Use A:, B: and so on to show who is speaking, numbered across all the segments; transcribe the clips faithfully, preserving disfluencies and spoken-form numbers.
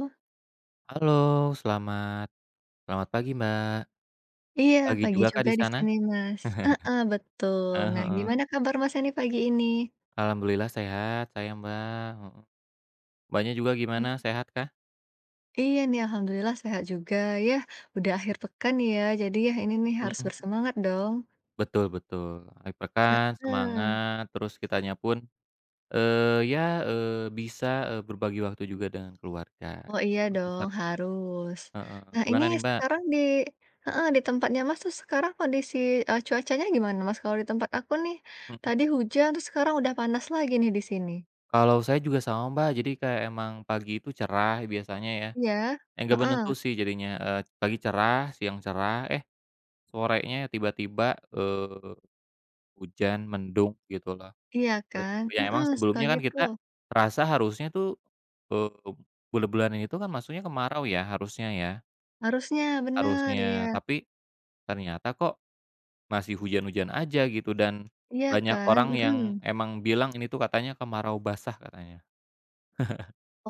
A: Oh,
B: Halo, selamat selamat pagi, Mbak.
A: iya
B: Pagi
A: pagi
B: juga Kak
A: juga
B: di
A: di
B: sana?
A: sini Mas, heeh, betul.
B: Heeh,
A: Nah
B: heeh.
A: gimana kabar mas ini pagi ini?
B: Alhamdulillah sehat saya, Mbak, heeh. Mbaknya juga gimana,
A: Mmm.
B: sehat kah?
A: Iya nih alhamdulillah sehat juga, yah udah akhir pekan ya jadi ya ini nih harus
B: Mhm.
A: bersemangat dong,
B: Betul betul, akhir pekan
A: heeh.
B: semangat, terus kitanya pun, eee, ya, eee, bisa, eee, berbagi waktu juga dengan keluarga.
A: Oh iya
B: Bisa,
A: dong harus.
B: heeh,
A: Nah ini
B: gimana nih, Mbak?
A: sekarang di heeh, di tempatnya Mas tuh sekarang kondisi, eee, cuacanya gimana Mas? Kalau di tempat aku nih
B: Mhm.
A: tadi hujan terus sekarang udah panas lagi nih di sini.
B: Kalau saya juga sama, Mbak, jadi kayak emang pagi itu cerah biasanya ya,
A: Iya?
B: enggak menentu
A: Heeh,
B: sih jadinya, eee, pagi cerah, siang cerah, eh sorenya tiba-tiba, eee, hujan, mendung gitu loh.
A: iya
B: Terus
A: kan?
B: yang
A: Mhm,
B: emang
A: suka
B: sebelumnya kan
A: gitu.
B: kita rasa harusnya tuh, eee, bulan-bulanan itu kan masuknya kemarau ya harusnya ya,
A: Harusnya, bener, ya.
B: harusnya. Tapi ternyata kok masih hujan-hujan aja gitu dan
A: Iya
B: banyak
A: kan?
B: orang yang
A: Mhm.
B: emang bilang ini tuh katanya kemarau basah katanya,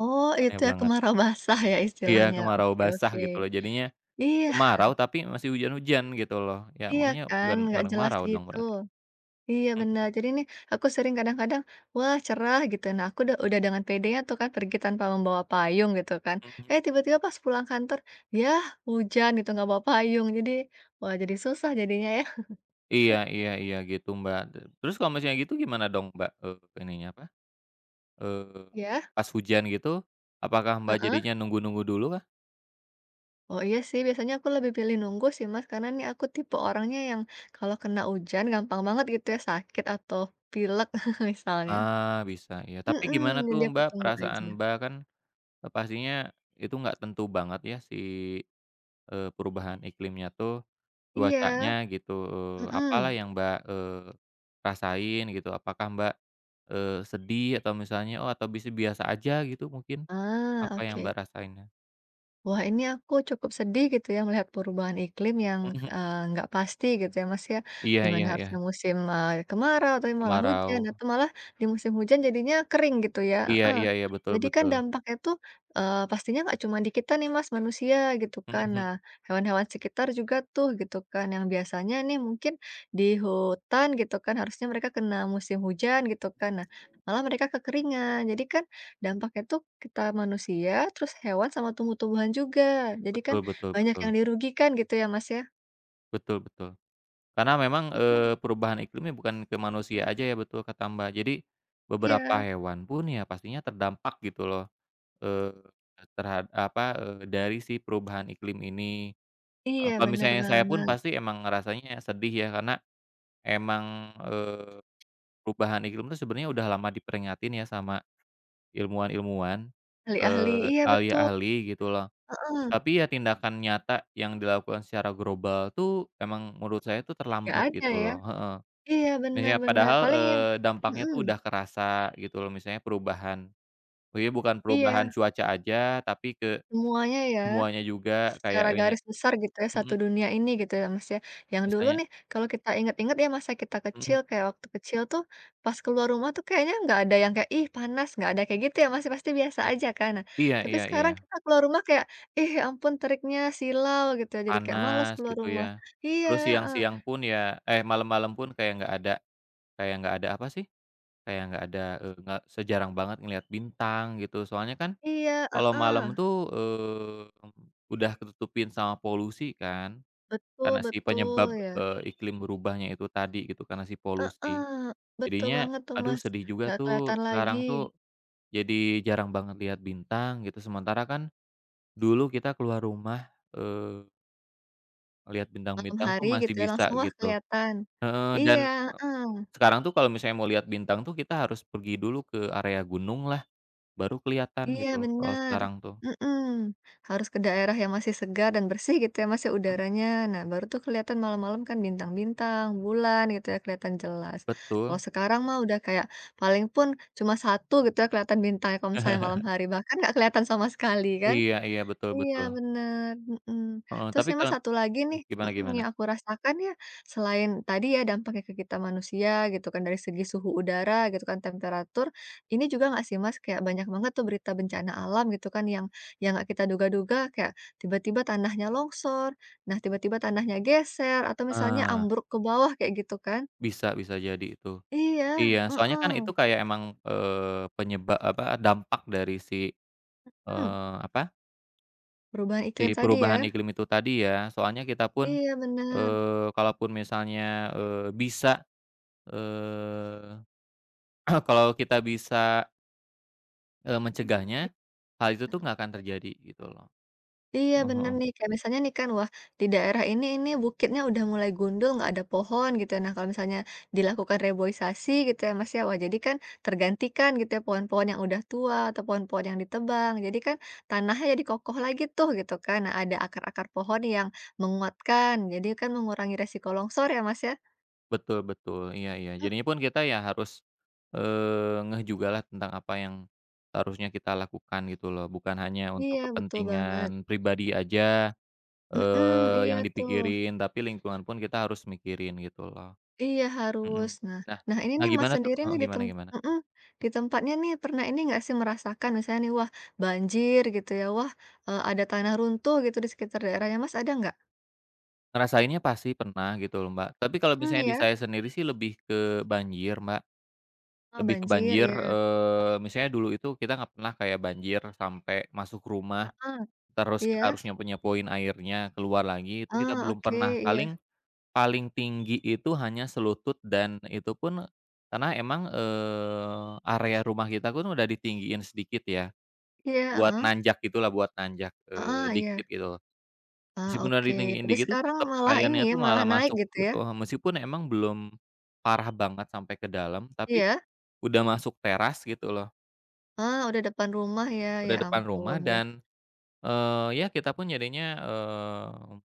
A: Oh, itu
B: aneh
A: ya
B: banget.
A: kemarau basah ya
B: Iya,
A: istilahnya.
B: kemarau
A: Oke
B: basah
A: oke.
B: gitu loh, jadinya
A: Iya
B: kemarau tapi masih hujan-hujan gitu loh. Ya
A: iya
B: makanya
A: kan,
B: bukan
A: nggak
B: bukan
A: jelas
B: kemarau dong
A: gitu.
B: berarti.
A: Iya bener, jadi nih aku sering kadang-kadang, "Wah cerah," gitu. Nah aku udah udah dengan pedenya tuh kan pergi tanpa membawa payung gitu kan.
B: Mhm.
A: Eh tiba-tiba pas pulang kantor, ya hujan gitu nggak bawa payung. Jadi, wah jadi susah jadinya ya.
B: Iya iya iya gitu, Mbak. Te terus kalau misalnya gitu gimana dong, Mbak, eee, ininya apa, eee,
A: ya.
B: pas hujan gitu, apakah Mbak
A: Heeh?
B: jadinya nunggu-nunggu dulu kah?
A: Oh iya sih, biasanya aku lebih pilih nunggu sih Mas, karena nih aku tipe orangnya yang kalau kena hujan gampang banget gitu ya sakit atau pilek misalnya.
B: Ah, bisa ya. Tapi
A: Mhm,
B: gimana tuh,
A: jadi aku
B: Mbak,
A: tunggu aja.
B: perasaan Mbak kan, eee, pastinya itu nggak tentu banget ya si, eee, perubahan iklimnya tuh,
A: Iya,
B: cuacanya gitu, eee, apalah
A: mhm.
B: yang Mbak, eee, rasain gitu? Apakah Mbak, eee, sedih atau misalnya oh, atau bisa biasa aja gitu mungkin?
A: Ah,
B: Apa yang
A: oke.
B: Mbak rasainnya?
A: Wah, ini aku cukup sedih gitu ya melihat perubahan iklim yang,
B: Mhm.
A: eee, nggak pasti gitu ya, Mas, ya.
B: Iya
A: Di mana
B: iya iya.
A: harusnya musim, eee, kemarau tapi malah hujan
B: Kemarau.
A: atau malah di musim hujan jadinya kering gitu ya
B: Iya
A: heeh.
B: iya iya, betul
A: Jadi kan
B: betul.
A: dampaknya tuh, eee, pastinya nggak cuma di kita nih, Mas, manusia gitu kan. Nah,
B: Mhm,
A: hewan-hewan sekitar juga tuh gitu kan, yang biasanya nih mungkin di hutan gitu kan harusnya mereka kena musim hujan gitu kan. Nah, malah mereka kekeringan. Jadi kan dampaknya tuh kita manusia, terus hewan sama tumbuh-tumbuhan juga. Jadi kan
B: betul betul
A: banyak
B: betul.
A: yang dirugikan gitu ya, Mas, ya?
B: Betul betul. Karena memang,
A: Mhm,
B: eee, perubahan iklimnya bukan ke manusia aja ya, betul kata Mbak. Jadi, beberapa
A: iya
B: hewan pun ya pastinya terdampak gitu loh, eee, terhad apa, eee, dari si perubahan iklim ini. Eee,
A: iya,
B: kalau
A: bener
B: misalnya saya pun
A: banget.
B: pasti emang ngerasanya sedih ya, karena emang, eee, perubahan iklim itu sebenarnya udah lama diperingatin ya sama ilmuwan-ilmuwan,
A: Ahli-ahli
B: eee,
A: iya betul,
B: ahli-ahli gitu loh.
A: heeh,
B: Tapi ya tindakan nyata yang dilakukan secara global tuh emang menurut saya tuh
A: nggak
B: terlambat
A: ada
B: gitu
A: ya.
B: loh, heeh.
A: Iya,
B: Misalnya
A: benar-benar.
B: padahal,
A: Paling yang
B: eee, dampaknya
A: mhm,
B: tuh udah kerasa gitu loh, misalnya perubahan. Jadi bukan perubahan
A: iya,
B: cuaca aja, tapi ke
A: semuanya ya.
B: semuanya juga kayak
A: Secara
B: ininya,
A: garis besar gitu ya, satu
B: mhm,
A: dunia ini gitu ya, Mas, ya. Yang dulu
B: misalnya,
A: nih kalau kita inget-inget ya masa kita
B: mhm,
A: kecil, kayak waktu kecil tuh pas keluar rumah tuh kayaknya nggak ada yang kayak, "Ih, panas," nggak ada kayak gitu ya, Mas, ya. Pasti biasa aja kan. Nah,
B: iya
A: tapi
B: iya iya,
A: sekarang kita keluar rumah kayak, "Ih, ya ampun teriknya silau," gitu ya, jadi kayak males
B: panas
A: keluar
B: gitu
A: rumah.
B: ya.
A: Iya,
B: Terus
A: heeh
B: siang-siang pun ya, eh, malam-malam pun kayak nggak ada, kayak nggak ada apa sih, kayak nggak ada, eee, nggak sejarang banget ngelihat bintang gitu. Soalnya kan
A: iya,
B: kalau
A: heeh,
B: malam tuh, eee, udah ketutupin sama polusi kan,
A: betul
B: karena si
A: betul
B: penyebab,
A: ya,
B: eee, iklim berubahnya itu tadi gitu, karena si
A: heeh,
B: polusi.
A: betul
B: Jadinya,
A: banget tuh,
B: aduh
A: Mas,
B: sedih juga
A: nggak
B: tuh,
A: kelihatan lagi.
B: sekarang tuh jadi jarang banget lihat bintang gitu, sementara kan dulu kita keluar rumah, eee, ngelihat
A: Malam
B: bintang-bintang tuh
A: hari
B: masih
A: gitu ya
B: bisa
A: langsung, wah
B: gitu.
A: kelihatan.
B: Heeh, dan
A: Iya,
B: e
A: heeh.
B: sekarang tuh kalau misalnya mau lihat bintang tuh kita harus pergi dulu ke area gunung lah, baru kelihatan
A: Iya
B: gitu loh kalau
A: benar,
B: sekarang tuh.
A: mhm, harus ke daerah yang masih segar dan bersih gitu ya Mas ya
B: Mhm,
A: udaranya. Nah baru tuh kelihatan malam-malam kan bintang-bintang, bulan gitu ya kelihatan jelas. Kalau
B: betul.
A: sekarang mah udah kayak paling pun cuma satu gitu ya kelihatan bintangnya kalau misalnya malam hari, bahkan nggak kelihatan sama sekali kan.
B: Iya iya, betul
A: Iya
B: betul,
A: bener, mhm.
B: heeh,
A: Terus
B: tapi
A: nih Mas
B: kalau
A: satu lagi nih
B: gimana
A: mhm,
B: gimana?
A: yang aku rasakan ya, selain tadi ya dampaknya ke kita manusia gitu kan dari segi suhu udara gitu kan, temperatur, ini juga nggak sih Mas kayak banyak banget tuh berita bencana alam gitu kan yang yang nggak kita duga-duga kayak tiba-tiba tanahnya longsor, nah tiba-tiba tanahnya geser atau misalnya
B: Ah,
A: ambruk ke bawah kayak gitu kan.
B: bisa bisa jadi itu.
A: Iya,
B: Iya, soalnya kan
A: heeh,
B: itu kayak emang, eee, penyebab apa, dampak dari si,
A: mmm,
B: eee, apa,
A: perubahan iklim
B: si
A: tadi
B: perubahan
A: ya.
B: iklim itu tadi ya, soalnya kita pun,
A: Iya bener,
B: eee, kalaupun misalnya, eee, bisa, eee, kalau kita bisa, eee,
A: mhm,
B: mencegahnya,
A: i
B: hal itu tuh nggak akan terjadi gitu loh.
A: Iya
B: Heeh,
A: bener
B: heeh.
A: nih, kayak misalnya nih kan, wah di daerah ini ini bukitnya udah mulai gundul, nggak ada pohon gitu ya. Nah kalau misalnya dilakukan reboisasi gitu ya Mas ya, wah jadi kan tergantikan gitu ya pohon-pohon yang udah tua atau pohon-pohon yang ditebang. Jadi kan tanahnya jadi kokoh lagi tuh gitu kan. Nah ada akar-akar pohon yang menguatkan, jadi kan mengurangi resiko longsor ya Mas ya?
B: Betul betul, iya iya.
A: Mhm,
B: Jadinya pun kita ya harus, eee, ngeh juga lah tentang apa yang harusnya kita lakukan gitu loh, bukan hanya untuk
A: iya betul banget.
B: kepentingan pribadi aja,
A: Mhm,
B: eee,
A: iya
B: yang
A: tuh.
B: dipikirin, tapi lingkungan pun kita harus mikirin gitu loh.
A: Iya harus.
B: Mhm.
A: Nah
B: Nah
A: nah ini
B: nah
A: nih Mas
B: gimana tuh,
A: sendiri
B: heeh,
A: nih di
B: gimana
A: tem
B: gimana?
A: mhm, di tempatnya nih pernah ini nggak sih merasakan misalnya nih, wah banjir gitu ya, wah, eee, ada tanah runtuh gitu di sekitar daerahnya Mas ada nggak?
B: Ngerasainnya pasti pernah gitu loh, Mbak. Tapi kalau
A: Hmm,
B: misalnya di
A: ya.
B: saya sendiri sih lebih ke banjir, Mbak,
A: Ah,
B: lebih ke
A: banjir
B: banjir,
A: ya.
B: eee, misalnya dulu itu kita nggak pernah kayak banjir sampai masuk rumah.
A: Ah,
B: Terus kita harus
A: iya.
B: nyapu-nyapuin airnya, keluar lagi, itu kita
A: Ah,
B: belum
A: oke,
B: pernah.
A: iya
B: Paling paling tinggi itu hanya selutut dan itu pun karena emang, eee, area rumah kita pun udah ditinggiin sedikit ya,
A: iya.
B: buat
A: Ah,
B: nanjak gitulah, buat nanjak, eee,
A: ah iya,
B: dikit gitu.
A: ah,
B: Meskipun udah
A: oke.
B: ditinggiin
A: Tapi
B: dikit itu
A: sekarang
B: tetep
A: malah ini
B: airnya
A: ya,
B: tuh
A: malah
B: malah
A: naik
B: masuk
A: gitu ya?
B: gitu, meskipun emang belum parah banget sampai ke dalam, tapi
A: Iya?
B: udah masuk teras gitu loh,
A: Ah, udah depan rumah ya, ya
B: udah depan rumah
A: ampun ya.
B: dan, eee, ya kita pun jadinya, eee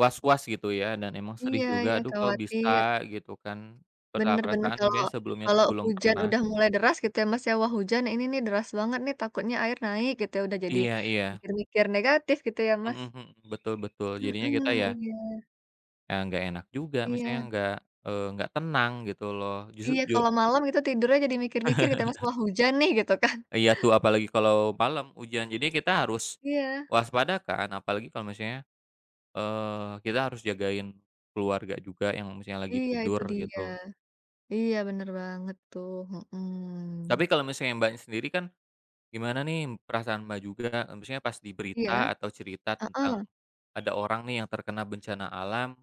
B: was-was gitu ya dan emang sedih
A: Iya
B: juga,
A: iya,
B: aduh kok bisa
A: khawatir.
B: gitu kan,
A: Bener bener,
B: perasaan-perasaan
A: kalau
B: kayaknya sebelumnya tuh
A: kalau
B: belum
A: hujan
B: pernah,
A: udah mulai deras gitu ya, Mas, ya, "Wah, hujan ini nih deras banget nih, takutnya air naik," gitu ya, udah jadi
B: iya iya,
A: mikir-mikir negatif gitu ya, Mas.
B: mhm mhm, betul betul, jadinya
A: Mhm,
B: kita ya,
A: iya
B: ya nggak enak juga misalnya
A: iya
B: nggak, eee, nggak tenang gitu loh, justru
A: iya,
B: ju
A: kalau malam gitu tidurnya jadi mikir-mikir gitu ya, Mas, "Wah, hujan nih," gitu kan.
B: iya tuh apalagi kalau malam hujan, jadi kita harus
A: Iya
B: waspada kan, apalagi kalau misalnya, eee, kita harus jagain keluarga juga yang misalnya lagi
A: iya, itu
B: tidur
A: dia.
B: gitu.
A: Iya, bener banget tuh, mhm.
B: Tapi kalau misalnya Mbaknya sendiri kan gimana nih perasaan Mbak juga, eee, maksudnya pas di berita
A: Iya?
B: atau cerita tentang
A: Heeh,
B: ada orang nih yang terkena bencana alam,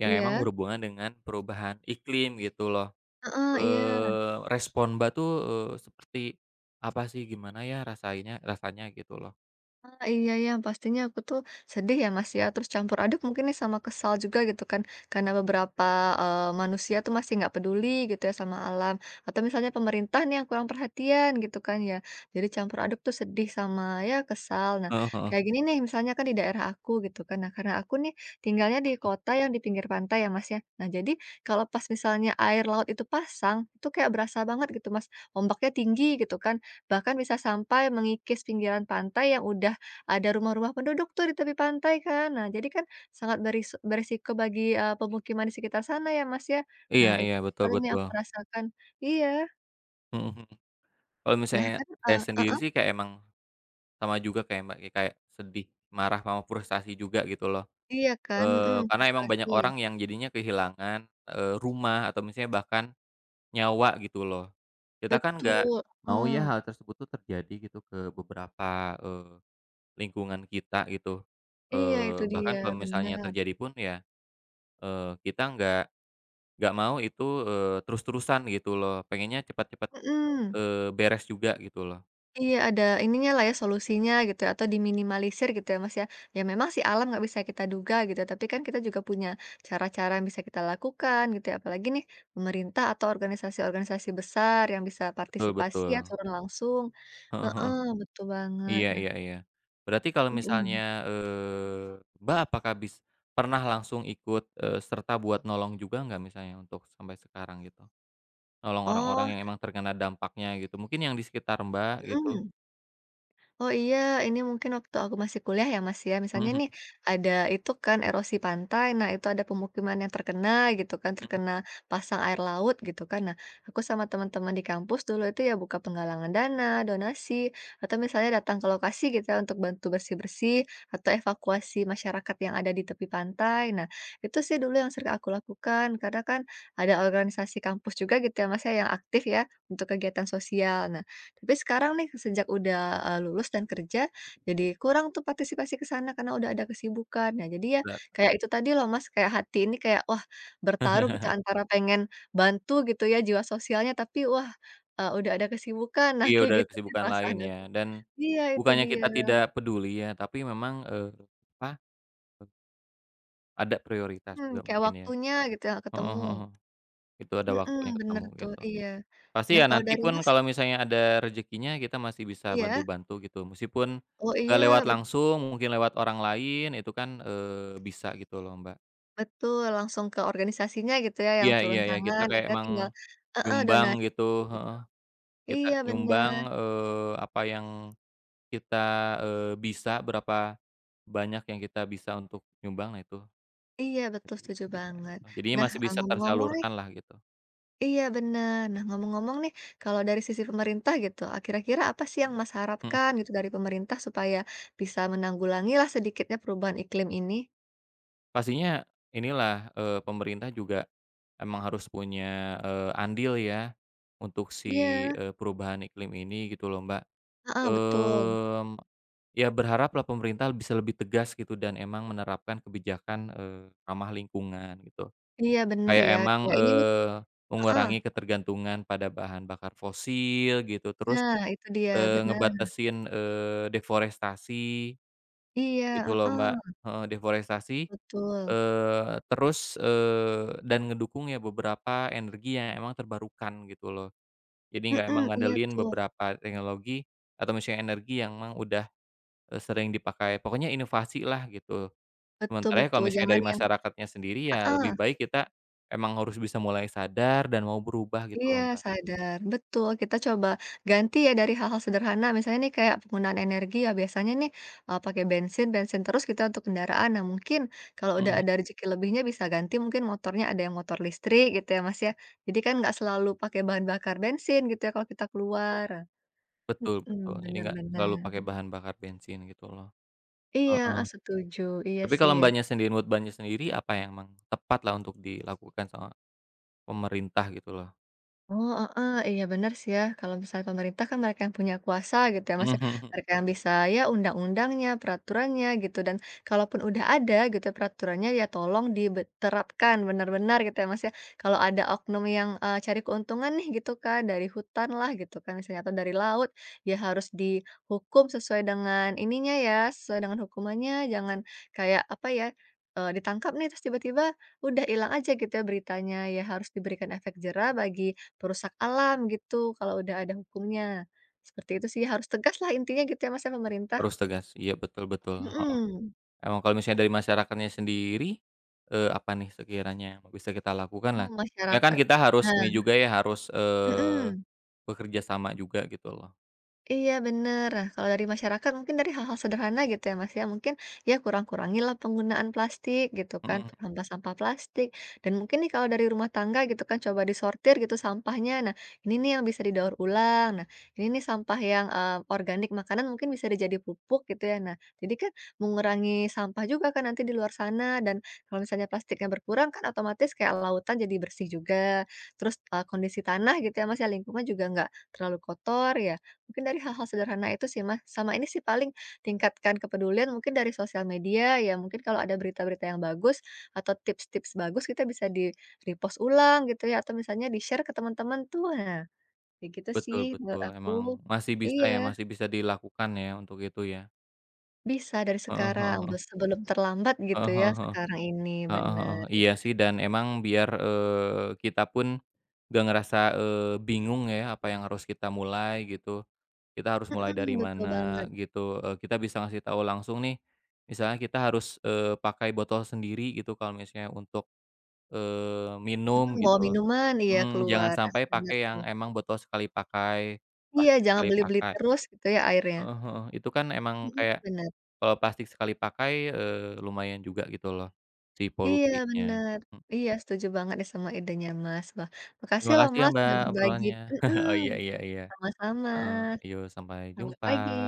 B: yang emang
A: iya?
B: berhubungan dengan perubahan iklim gitu loh,
A: Heeh, iya.
B: eee, respon Mbak tuh, eee, seperti apa sih, gimana ya rasainya rasanya gitu loh?
A: Ah, iya ya, pastinya aku tuh sedih ya Mas ya, terus campur aduk mungkin nih sama kesal juga gitu kan, karena beberapa, eee, manusia tuh masih nggak peduli gitu ya sama alam, atau misalnya pemerintah nih yang kurang perhatian gitu kan ya, jadi campur aduk tuh sedih sama ya kesal. Nah,
B: Heeh heeh,
A: kayak gini nih misalnya kan di daerah aku gitu kan, nah karena aku nih tinggalnya di
B: mhm.
A: kota yang di pinggir pantai ya Mas ya, nah jadi kalau pas misalnya air laut itu pasang, itu kayak berasa banget gitu Mas, ombaknya tinggi gitu kan, bahkan bisa sampai mengikis pinggiran pantai yang udah ada rumah-rumah penduduk tuh di tepi pantai kan. Nah, jadi kan sangat beris beresiko bagi, eee, pemukiman di sekitar sana ya, Mas, ya.
B: Iya
A: Nah, itu
B: iya, betul
A: paling yang
B: betul.
A: aku rasakan. Iya.
B: Mhm, mhm. Kalau
A: Nah
B: misalnya
A: kan,
B: saya
A: eee
B: sendiri
A: heeh,
B: sih kayak emang sama juga kayak Mbak, ya kayak sedih, marah, sama frustasi juga gitu loh,
A: iya kan, mhm,
B: eee, karena emang banyak
A: frustasi.
B: orang yang jadinya kehilangan, eee, rumah atau misalnya bahkan nyawa gitu loh. Kita kan nggak
A: Betul,
B: mau ya
A: mhm.
B: hal tersebut tuh terjadi gitu ke beberapa, eee, lingkungan kita gitu.
A: Iya itu
B: Eee, bahkan
A: dia,
B: kalau misalnya
A: benar.
B: terjadi pun ya, eee, kita nggak nggak mau itu, eee, terus-terusan gitu loh, pengennya cepat-cepat,
A: Mhm.
B: eee, beres juga gitu loh.
A: Iya, ada ininya lah ya, solusinya gitu ya, atau diminimalisir gitu ya, Mas, ya. Ya memang sih alam nggak bisa kita duga gitu ya, tapi kan kita juga punya cara-cara yang bisa kita lakukan gitu ya, apalagi nih pemerintah atau organisasi-organisasi besar yang bisa
B: Betul
A: partisipasi ya,
B: betul.
A: turun langsung.
B: Heeh.
A: Heeh, betul banget.
B: Iya
A: Nah
B: iya iya. Berarti kalau misalnya,
A: mhm.
B: eee, Mbak apakah bis pernah langsung ikut, eee, serta buat nolong juga nggak misalnya untuk sampai sekarang gitu? Nolong orang-orang
A: Oh
B: yang emang terkena dampaknya gitu, mungkin yang di sekitar Mbak gitu.
A: mhm. Oh iya, ini mungkin waktu aku masih kuliah ya Mas ya,
B: Mhm
A: misalnya nih
B: mhm
A: ada itu kan erosi pantai, nah itu ada pemukiman yang terkena gitu kan,
B: mhm,
A: terkena pasang air laut gitu kan. Nah, aku sama teman-teman di kampus dulu itu ya buka penggalangan dana, donasi, atau misalnya datang ke lokasi gitu ya untuk bantu bersih-bersih atau evakuasi masyarakat yang ada di tepi pantai. Nah, itu sih dulu yang sering aku lakukan karena kan ada organisasi kampus juga gitu ya Mas ya yang aktif ya untuk kegiatan sosial. Nah, tapi sekarang nih sejak udah, eee, lulus dan kerja, jadi kurang tuh partisipasi ke sana karena udah ada kesibukan. Nah jadi ya
B: berat.
A: kayak itu tadi loh Mas, kayak hati ini kayak wah bertaruh gitu antara pengen bantu gitu ya jiwa sosialnya tapi wah, eee, udah ada kesibukan. Nah
B: Iya
A: kayak
B: udah ada
A: gitu sih
B: kesibukan lain
A: perasaan
B: ya
A: aku.
B: dan
A: Iya itu
B: bukannya
A: dia,
B: kita tidak peduli ya, tapi memang, eee, apa, ada prioritas
A: mhm,
B: juga
A: kayak
B: mungkin ya.
A: waktunya gitu ya nggak
B: Heeh
A: ketemu.
B: heeh, itu ada
A: Mhm,
B: waktunya
A: bener
B: ketemu
A: tuh,
B: gitu.
A: iya.
B: Pasti
A: Nah
B: ya
A: kalau
B: nanti
A: dari
B: pun
A: Mas
B: kalau misalnya ada rezekinya kita masih bisa
A: iya?
B: bantu-bantu gitu, meskipun
A: Oh
B: nggak lewat
A: iya?
B: langsung, mungkin lewat orang lain itu kan, eee, bisa gitu loh Mbak.
A: Betul, langsung ke organisasinya gitu ya yang
B: Iya iya
A: turun
B: iya, kita
A: tangan,
B: kayak
A: akhirnya
B: emang
A: tinggal heeh,
B: nyumbang
A: donasi
B: gitu,
A: gitu.
B: heeh. Kita
A: Iya
B: nyumbang,
A: bener,
B: eee, apa yang kita, eee, bisa, berapa banyak yang kita bisa untuk nyumbang, nah itu
A: iya betul
B: itu
A: setuju
B: kita bisa
A: banget.
B: gitu. Jadinya
A: Nah,
B: masih
A: eee,
B: bisa
A: ngomong-ngomong nih
B: tersalurkanlah gitu.
A: iya bener. Nah, ngomong-ngomong nih, kalau dari sisi pemerintah gitu, eee, kira-kira apa sih yang Mas
B: Mhm.
A: harapkan gitu dari pemerintah supaya bisa menanggulangilah sedikitnya perubahan iklim ini?
B: Pastinya inilah, eee, pemerintah juga emang harus punya, eee, andil ya untuk si,
A: Iya,
B: eee, perubahan iklim ini gitu loh, Mbak.
A: heeh, betul.
B: Mmm, Ya berharaplah pemerintah bisa lebih tegas gitu dan emang menerapkan kebijakan, eee, ramah lingkungan gitu.
A: Iya bener
B: Kayak
A: ya,
B: emang,
A: kayak ini nih
B: eee,
A: heeh,
B: mengurangi ketergantungan pada bahan bakar fosil gitu, terus,
A: nah itu dia,
B: eee,
A: bener.
B: ngebatasin, eee, deforestasi
A: Iya,
B: gitu loh, Mbak,
A: heeh,
B: heeh, deforestasi,
A: betul.
B: eee, terus, eee, dan ngedukung ya beberapa energi yang emang terbarukan gitu loh. Jadi nggak
A: Mhm,
B: emang
A: iya
B: ngandelin
A: tuh.
B: beberapa teknologi atau misalnya energi yang emang udah, eee, sering dipakai, pokoknya inovasi lah gitu.
A: Betul
B: Sementara ya kalau
A: betul,
B: misalnya
A: jangan
B: dari
A: yang
B: masyarakatnya sendiri ya
A: heeh,
B: lebih baik kita emang harus bisa mulai sadar dan mau berubah gitu
A: iya
B: loh, Mbak.
A: sadar, betul, kita coba ganti ya dari hal-hal sederhana, misalnya nih kayak penggunaan energi ya biasanya nih, eee, pakai bensin bensin terus kita untuk kendaraan. Nah mungkin kalau udah
B: Mhm,
A: ada rezeki lebihnya bisa ganti mungkin motornya ada yang motor listrik gitu ya, Mas, ya. Jadi kan nggak selalu pakai bahan bakar bensin gitu ya kalau kita keluar.
B: betul
A: Mhm,
B: betul, jadi
A: bener
B: nggak selalu
A: bener.
B: pakai bahan bakar bensin gitu loh.
A: Iya,
B: Heeh,
A: heeh, setuju, iya
B: tapi
A: sih
B: kalau
A: ya.
B: Mbaknya sendiri menurut Mbaknya sendiri apa yang emang tepat lah untuk dilakukan sama pemerintah gitu loh?
A: Oh, heeh, iya benar sih ya, kalau misalnya pemerintah kan mereka yang punya kuasa gitu ya Mas
B: Mhm,
A: ya,
B: mhm.
A: mereka yang bisa ya undang-undangnya, peraturannya gitu dan kalaupun udah ada gitu ya peraturannya ya tolong diterapkan benar-benar gitu ya Mas ya. Kalau ada oknum yang, eee, cari keuntungan nih gitu kan dari hutan lah gitu kan misalnya atau dari laut, ya harus dihukum sesuai dengan ininya ya, sesuai dengan hukumannya jangan kayak apa ya, eee, ditangkap nih terus tiba-tiba udah hilang aja gitu ya beritanya, ya harus diberikan efek jerah bagi perusak alam gitu, kalau udah ada hukumnya. Seperti itu sih, harus tegas lah intinya gitu ya Mas ya pemerintah.
B: Harus tegas, iya betul betul, heeh.
A: Mhm.
B: Emang kalau misalnya dari masyarakatnya sendiri, eee, apa nih sekiranya yang bisa kita lakukan lah?
A: Mhm,
B: Ya kan
A: masyarakat.
B: kita harus ini
A: Nah
B: juga ya, harus, eee,
A: mhm.
B: bekerja sama juga gitu loh.
A: Iya bener. Nah, kalau dari masyarakat mungkin dari hal-hal sederhana gitu ya Mas ya, mungkin ya kurang-kurangilah penggunaan plastik gitu kan,
B: Mhm.
A: sampah sampah plastik dan mungkin nih kalau dari rumah tangga gitu kan coba disortir gitu sampahnya. Nah, ini nih yang bisa didaur ulang. Nah, ini nih sampah yang eh, organik makanan mungkin bisa dijadi pupuk gitu ya. Nah, jadi kan mengurangi sampah juga kan nanti di luar sana dan kalau misalnya plastiknya berkurang kan otomatis kayak lautan jadi bersih juga. Terus eh, kondisi tanah gitu ya Mas ya lingkungan juga nggak terlalu kotor ya. Mungkin dari hal-hal sederhana itu sih, Mas. Sama ini sih paling tingkatkan kepedulian mungkin dari sosial media, ya mungkin kalau ada berita-berita yang bagus atau tips-tips bagus kita bisa di-repost ulang gitu ya, atau misalnya di-share ke teman-teman tuh. Nah, kayak gitu sih
B: Betul
A: menurut
B: betul,
A: aku.
B: emang masih bisa ya,
A: Iya,
B: masih bisa dilakukan ya untuk itu ya.
A: bisa dari
B: Heeh
A: sekarang,
B: heeh
A: be
B: heeh.
A: sebelum terlambat gitu
B: Heeh
A: ya
B: heeh heeh.
A: sekarang ini,
B: Heeh heeh.
A: bener ya.
B: Iya sih dan emang biar, eee, kita pun nggak ngerasa, eee, bingung ya apa yang harus kita mulai gitu, kita harus mulai
A: Mhm,
B: dari
A: betul
B: mana
A: banget.
B: gitu, eee, kita bisa ngasih tahu langsung nih, misalnya kita harus, eee, pakai botol sendiri gitu kalau misalnya untuk, eee, minum
A: Mhm, bawa
B: gitu.
A: minuman, iya
B: Mhm, jangan
A: keluar, Nah,
B: sampai
A: bener
B: pakai yang
A: tuh.
B: emang botol sekali pakai,
A: Iya,
B: plastik
A: jangan
B: sekali
A: beli-beli
B: pakai.
A: terus gitu ya airnya.
B: Heeh heeh. Itu kan emang
A: Mhm,
B: kayak
A: bener.
B: kalau plastik sekali pakai, eee, lumayan juga gitu loh, si
A: Iya
B: polusinya.
A: bener,
B: Mhm.
A: iya setuju banget nih sama idenya Mas. Wah, makasih
B: Terima
A: loh
B: kasih ya
A: Mas udah
B: Mbak,
A: berbagi
B: obrolannya.
A: mhm,
B: Oh iya iya iya.
A: sama-sama,
B: Heeh. Yuk sampai
A: selamat
B: jumpa.
A: pagi.